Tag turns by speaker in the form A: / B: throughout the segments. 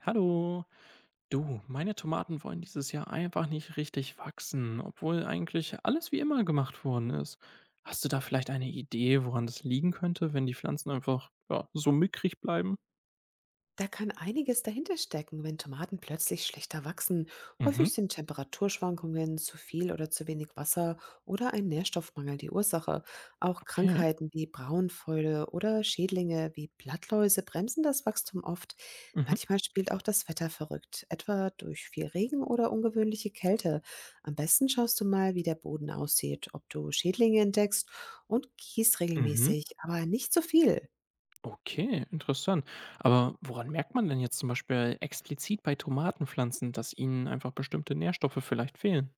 A: Hallo, du, meine Tomaten wollen dieses Jahr einfach nicht richtig wachsen, obwohl eigentlich alles wie immer gemacht worden ist. Hast du da vielleicht eine Idee, woran das liegen könnte, wenn die Pflanzen einfach ja, so mickrig bleiben?
B: Da kann einiges dahinter stecken, wenn Tomaten plötzlich schlechter wachsen.
A: Mhm,
B: Häufig sind Temperaturschwankungen, zu viel oder zu wenig Wasser oder ein Nährstoffmangel die Ursache. Auch
A: okay.
B: Krankheiten wie Braunfäule oder Schädlinge wie Blattläuse bremsen das Wachstum oft.
A: Mhm,
B: Manchmal spielt auch das Wetter verrückt, etwa durch viel Regen oder ungewöhnliche Kälte. Am besten schaust du mal, wie der Boden aussieht, ob du Schädlinge entdeckst und gießt
A: mhm.
B: regelmäßig, aber nicht zu viel.
A: Okay, interessant. Aber woran merkt man denn jetzt zum Beispiel explizit bei Tomatenpflanzen, dass ihnen einfach bestimmte Nährstoffe vielleicht fehlen?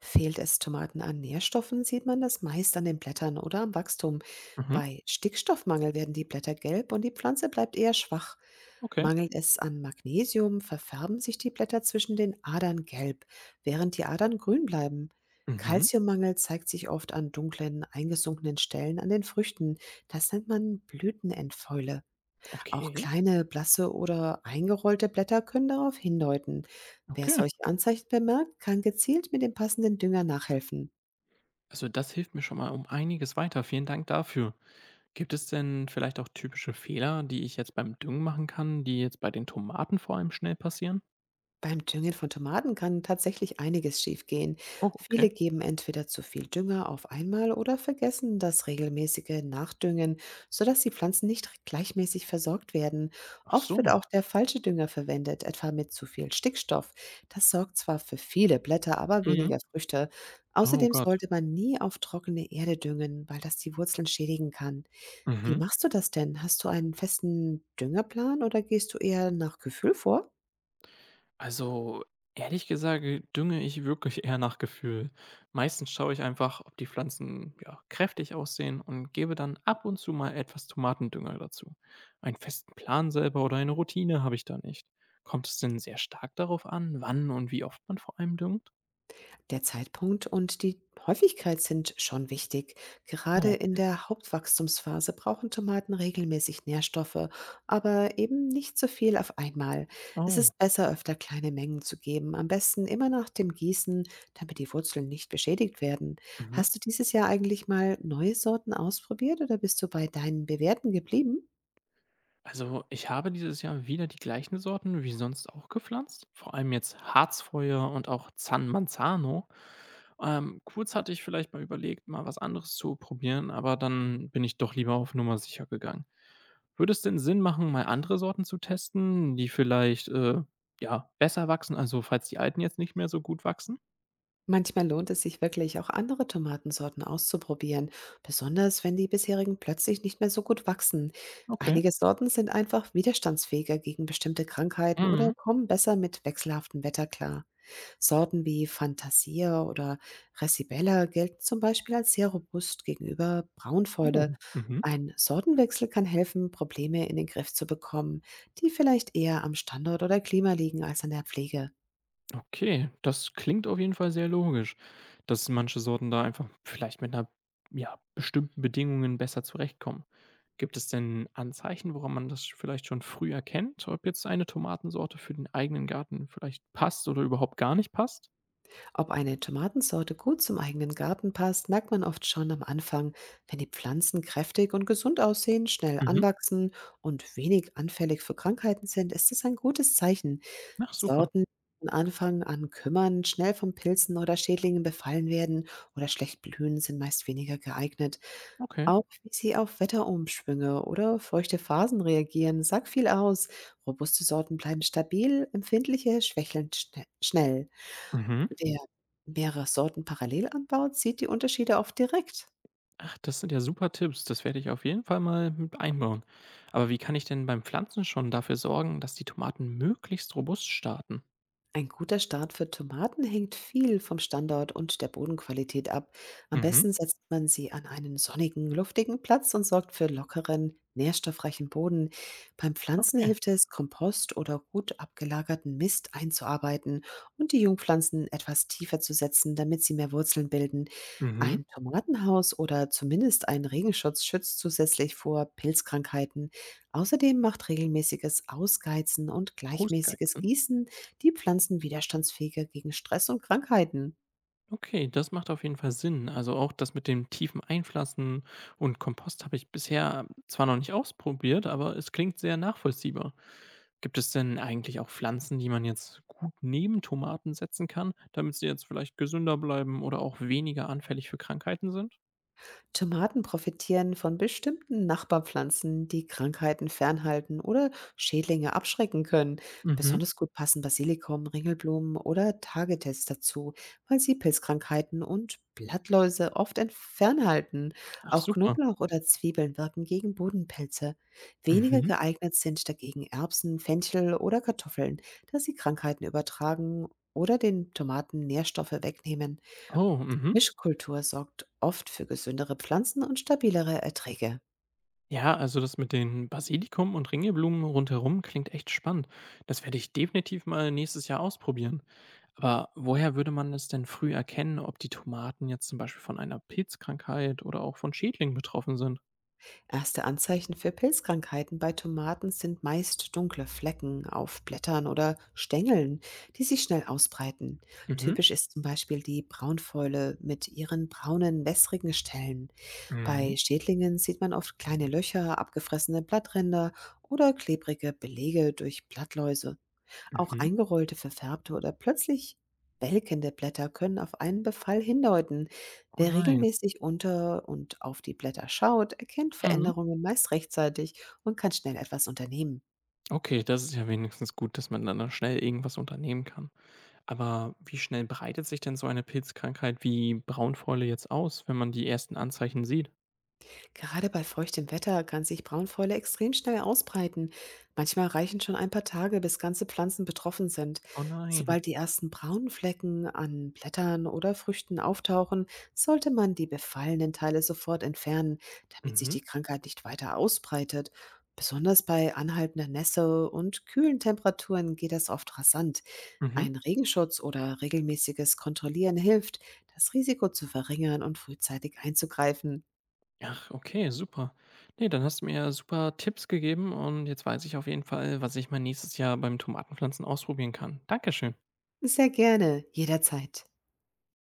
B: Fehlt es Tomaten an Nährstoffen, sieht man das meist an den Blättern oder am Wachstum.
A: Mhm,
B: Bei Stickstoffmangel werden die Blätter gelb und die Pflanze bleibt eher schwach.
A: okay.
B: Mangelt es an Magnesium, verfärben sich die Blätter zwischen den Adern gelb, während die Adern grün bleiben.
A: Mhm,
B: Kalziummangel zeigt sich oft an dunklen, eingesunkenen Stellen an den Früchten. Das nennt man Blütenentfäule. Auch
A: okay.
B: kleine, blasse oder eingerollte Blätter können darauf hindeuten. Wer
A: Okay.
B: solche Anzeichen bemerkt, kann gezielt mit dem passenden Dünger nachhelfen.
A: Also das hilft mir schon mal um einiges weiter. Vielen Dank dafür. Gibt es denn vielleicht auch typische Fehler, die ich jetzt beim Düngen machen kann, die jetzt bei den Tomaten vor allem schnell passieren?
B: Beim Düngen von Tomaten kann tatsächlich einiges schiefgehen.
A: Oh, okay.
B: Viele geben entweder zu viel Dünger auf einmal oder vergessen das regelmäßige Nachdüngen, sodass die Pflanzen nicht gleichmäßig versorgt werden.
A: Ach
B: Oft wird
A: so.
B: auch der falsche Dünger verwendet, etwa mit zu viel Stickstoff. Das sorgt zwar für viele Blätter, aber
A: Mhm.
B: weniger Früchte.
A: Oh
B: Außerdem
A: Gott.
B: sollte man nie auf trockene Erde düngen, weil das die Wurzeln schädigen kann. Wie
A: Mhm.
B: machst du das denn? Hast du einen festen Düngerplan oder gehst du eher nach Gefühl vor?
A: Also, ehrlich gesagt, dünge ich wirklich eher nach Gefühl. Meistens schaue ich einfach, ob die Pflanzen ja, kräftig aussehen und gebe dann ab und zu mal etwas Tomatendünger dazu. Einen festen Plan selber oder eine Routine habe ich da nicht. Kommt es denn sehr stark darauf an, wann und wie oft man vor allem düngt?
B: Der Zeitpunkt und die Häufigkeit sind schon wichtig.
A: Oh,
B: Gerade in der Hauptwachstumsphase brauchen Tomaten regelmäßig Nährstoffe, aber eben nicht so viel auf einmal. Es
A: oh.
B: ist besser, öfter kleine Mengen zu geben, am besten immer nach dem Gießen, damit die Wurzeln nicht beschädigt werden.
A: Mhm.
B: Hast du dieses Jahr eigentlich mal neue Sorten ausprobiert oder bist du bei deinen bewährten geblieben?
A: Also, ich habe dieses Jahr wieder die gleichen Sorten wie sonst auch gepflanzt, vor allem jetzt Harzfeuer und auch San Manzano. Kurz hatte ich vielleicht mal überlegt, mal was anderes zu probieren, aber dann bin ich doch lieber auf Nummer sicher gegangen. Würde es denn Sinn machen, mal andere Sorten zu testen, die vielleicht, ja, besser wachsen, also falls die alten jetzt nicht mehr so gut wachsen?
B: Manchmal lohnt es sich wirklich, auch andere Tomatensorten auszuprobieren, besonders wenn die bisherigen plötzlich nicht mehr so gut wachsen.
A: Okay.
B: Einige Sorten sind einfach widerstandsfähiger gegen bestimmte Krankheiten oder
A: Mhm.
B: kommen besser mit wechselhaftem Wetter klar. Sorten wie Fantasia oder Resibella gelten zum Beispiel als sehr robust gegenüber
A: Oh.
B: Braunfäule.
A: Mhm.
B: Ein Sortenwechsel kann helfen, Probleme in den Griff zu bekommen, die vielleicht eher am Standort oder Klima liegen als an der Pflege.
A: Okay, das klingt auf jeden Fall sehr logisch, dass manche Sorten da einfach vielleicht mit einer ja, bestimmten Bedingungen besser zurechtkommen. Gibt es denn Anzeichen, woran man das vielleicht schon früh erkennt, ob jetzt eine Tomatensorte für den eigenen Garten vielleicht passt oder überhaupt gar nicht passt?
B: Ob eine Tomatensorte gut zum eigenen Garten passt, merkt man oft schon am Anfang, wenn die Pflanzen kräftig und gesund aussehen, schnell
A: Mhm.
B: anwachsen und wenig anfällig für Krankheiten sind, ist das ein gutes Zeichen.
A: Ach super,
B: Sorten, die von Anfang an kümmern, schnell von Pilzen oder Schädlingen befallen werden oder schlecht blühen, sind meist weniger geeignet.
A: okay.
B: Auch wie sie auf Wetterumschwünge oder feuchte Phasen reagieren, sagt viel aus. Robuste Sorten bleiben stabil, empfindliche schwächeln schnell.
A: Mhm.
B: Wer mehrere Sorten parallel anbaut, sieht die Unterschiede oft direkt.
A: Ach, das sind ja super Tipps. Das werde ich auf jeden Fall mal mit einbauen. Aber wie kann ich denn beim Pflanzen schon dafür sorgen, dass die Tomaten möglichst robust starten?
B: Ein guter Start für Tomaten hängt viel vom Standort und der Bodenqualität ab. Am
A: Mhm.
B: besten setzt man sie an einen sonnigen, luftigen Platz und sorgt für lockeren, nährstoffreichen Boden. Beim Pflanzen
A: Okay.
B: hilft es, Kompost oder gut abgelagerten Mist einzuarbeiten und die Jungpflanzen etwas tiefer zu setzen, damit sie mehr Wurzeln bilden.
A: Mhm.
B: Ein Tomatenhaus oder zumindest ein Regenschutz schützt zusätzlich vor Pilzkrankheiten. Außerdem macht regelmäßiges Ausgeizen und gleichmäßiges
A: Hostgeizen.
B: Gießen die Pflanzen widerstandsfähiger gegen Stress und Krankheiten.
A: Okay, das macht auf jeden Fall Sinn. Also auch das mit dem tiefen Einpflanzen und Kompost habe ich bisher zwar noch nicht ausprobiert, aber es klingt sehr nachvollziehbar. Gibt es denn eigentlich auch Pflanzen, die man jetzt gut neben Tomaten setzen kann, damit sie jetzt vielleicht gesünder bleiben oder auch weniger anfällig für Krankheiten sind?
B: Tomaten profitieren von bestimmten Nachbarpflanzen, die Krankheiten fernhalten oder Schädlinge abschrecken können.
A: Mhm.
B: Besonders gut passen Basilikum, Ringelblumen oder Tagetes dazu, weil sie Pilzkrankheiten und Blattläuse oft fernhalten.
A: Ach
B: Auch
A: super.
B: Knoblauch oder Zwiebeln wirken gegen Bodenpilze. Weniger
A: Mhm.
B: geeignet sind dagegen Erbsen, Fenchel oder Kartoffeln, da sie Krankheiten übertragen oder den Tomaten Nährstoffe wegnehmen.
A: Oh, mhm.
B: Mischkultur sorgt oft für gesündere Pflanzen und stabilere Erträge.
A: Ja, also das mit den Basilikum und Ringelblumen rundherum klingt echt spannend. Das werde ich definitiv mal nächstes Jahr ausprobieren. Aber woher würde man es denn früh erkennen, ob die Tomaten jetzt zum Beispiel von einer Pilzkrankheit oder auch von Schädlingen betroffen sind?
B: Erste Anzeichen für Pilzkrankheiten bei Tomaten sind meist dunkle Flecken auf Blättern oder Stängeln, die sich schnell ausbreiten.
A: Mhm.
B: Typisch ist zum Beispiel die Braunfäule mit ihren braunen, wässrigen Stellen.
A: Mhm.
B: Bei Schädlingen sieht man oft kleine Löcher, abgefressene Blattränder oder klebrige Belege durch Blattläuse. Auch
A: Mhm.
B: eingerollte, verfärbte oder plötzlich welkende Blätter können auf einen Befall hindeuten.
A: Oh
B: Wer
A: nein.
B: regelmäßig unter und auf die Blätter schaut, erkennt
A: Mhm.
B: Veränderungen meist rechtzeitig und kann schnell etwas unternehmen.
A: Okay, das ist ja wenigstens gut, dass man dann da schnell irgendwas unternehmen kann. Aber wie schnell breitet sich denn so eine Pilzkrankheit wie Braunfäule jetzt aus, wenn man die ersten Anzeichen sieht?
B: Gerade bei feuchtem Wetter kann sich Braunfäule extrem schnell ausbreiten. Manchmal reichen schon ein paar Tage, bis ganze Pflanzen betroffen sind.
A: Oh nein.
B: Sobald die ersten braunen Flecken an Blättern oder Früchten auftauchen, sollte man die befallenen Teile sofort entfernen, damit sich
A: Mhm.
B: die Krankheit nicht weiter ausbreitet. Besonders bei anhaltender Nässe und kühlen Temperaturen geht das oft rasant.
A: Mhm.
B: Ein Regenschutz oder regelmäßiges Kontrollieren hilft, das Risiko zu verringern und frühzeitig einzugreifen.
A: Ach, okay, super. Ne, dann hast du mir ja super Tipps gegeben und jetzt weiß ich auf jeden Fall, was ich mal nächstes Jahr beim Tomatenpflanzen ausprobieren kann. Dankeschön.
B: Sehr gerne, jederzeit.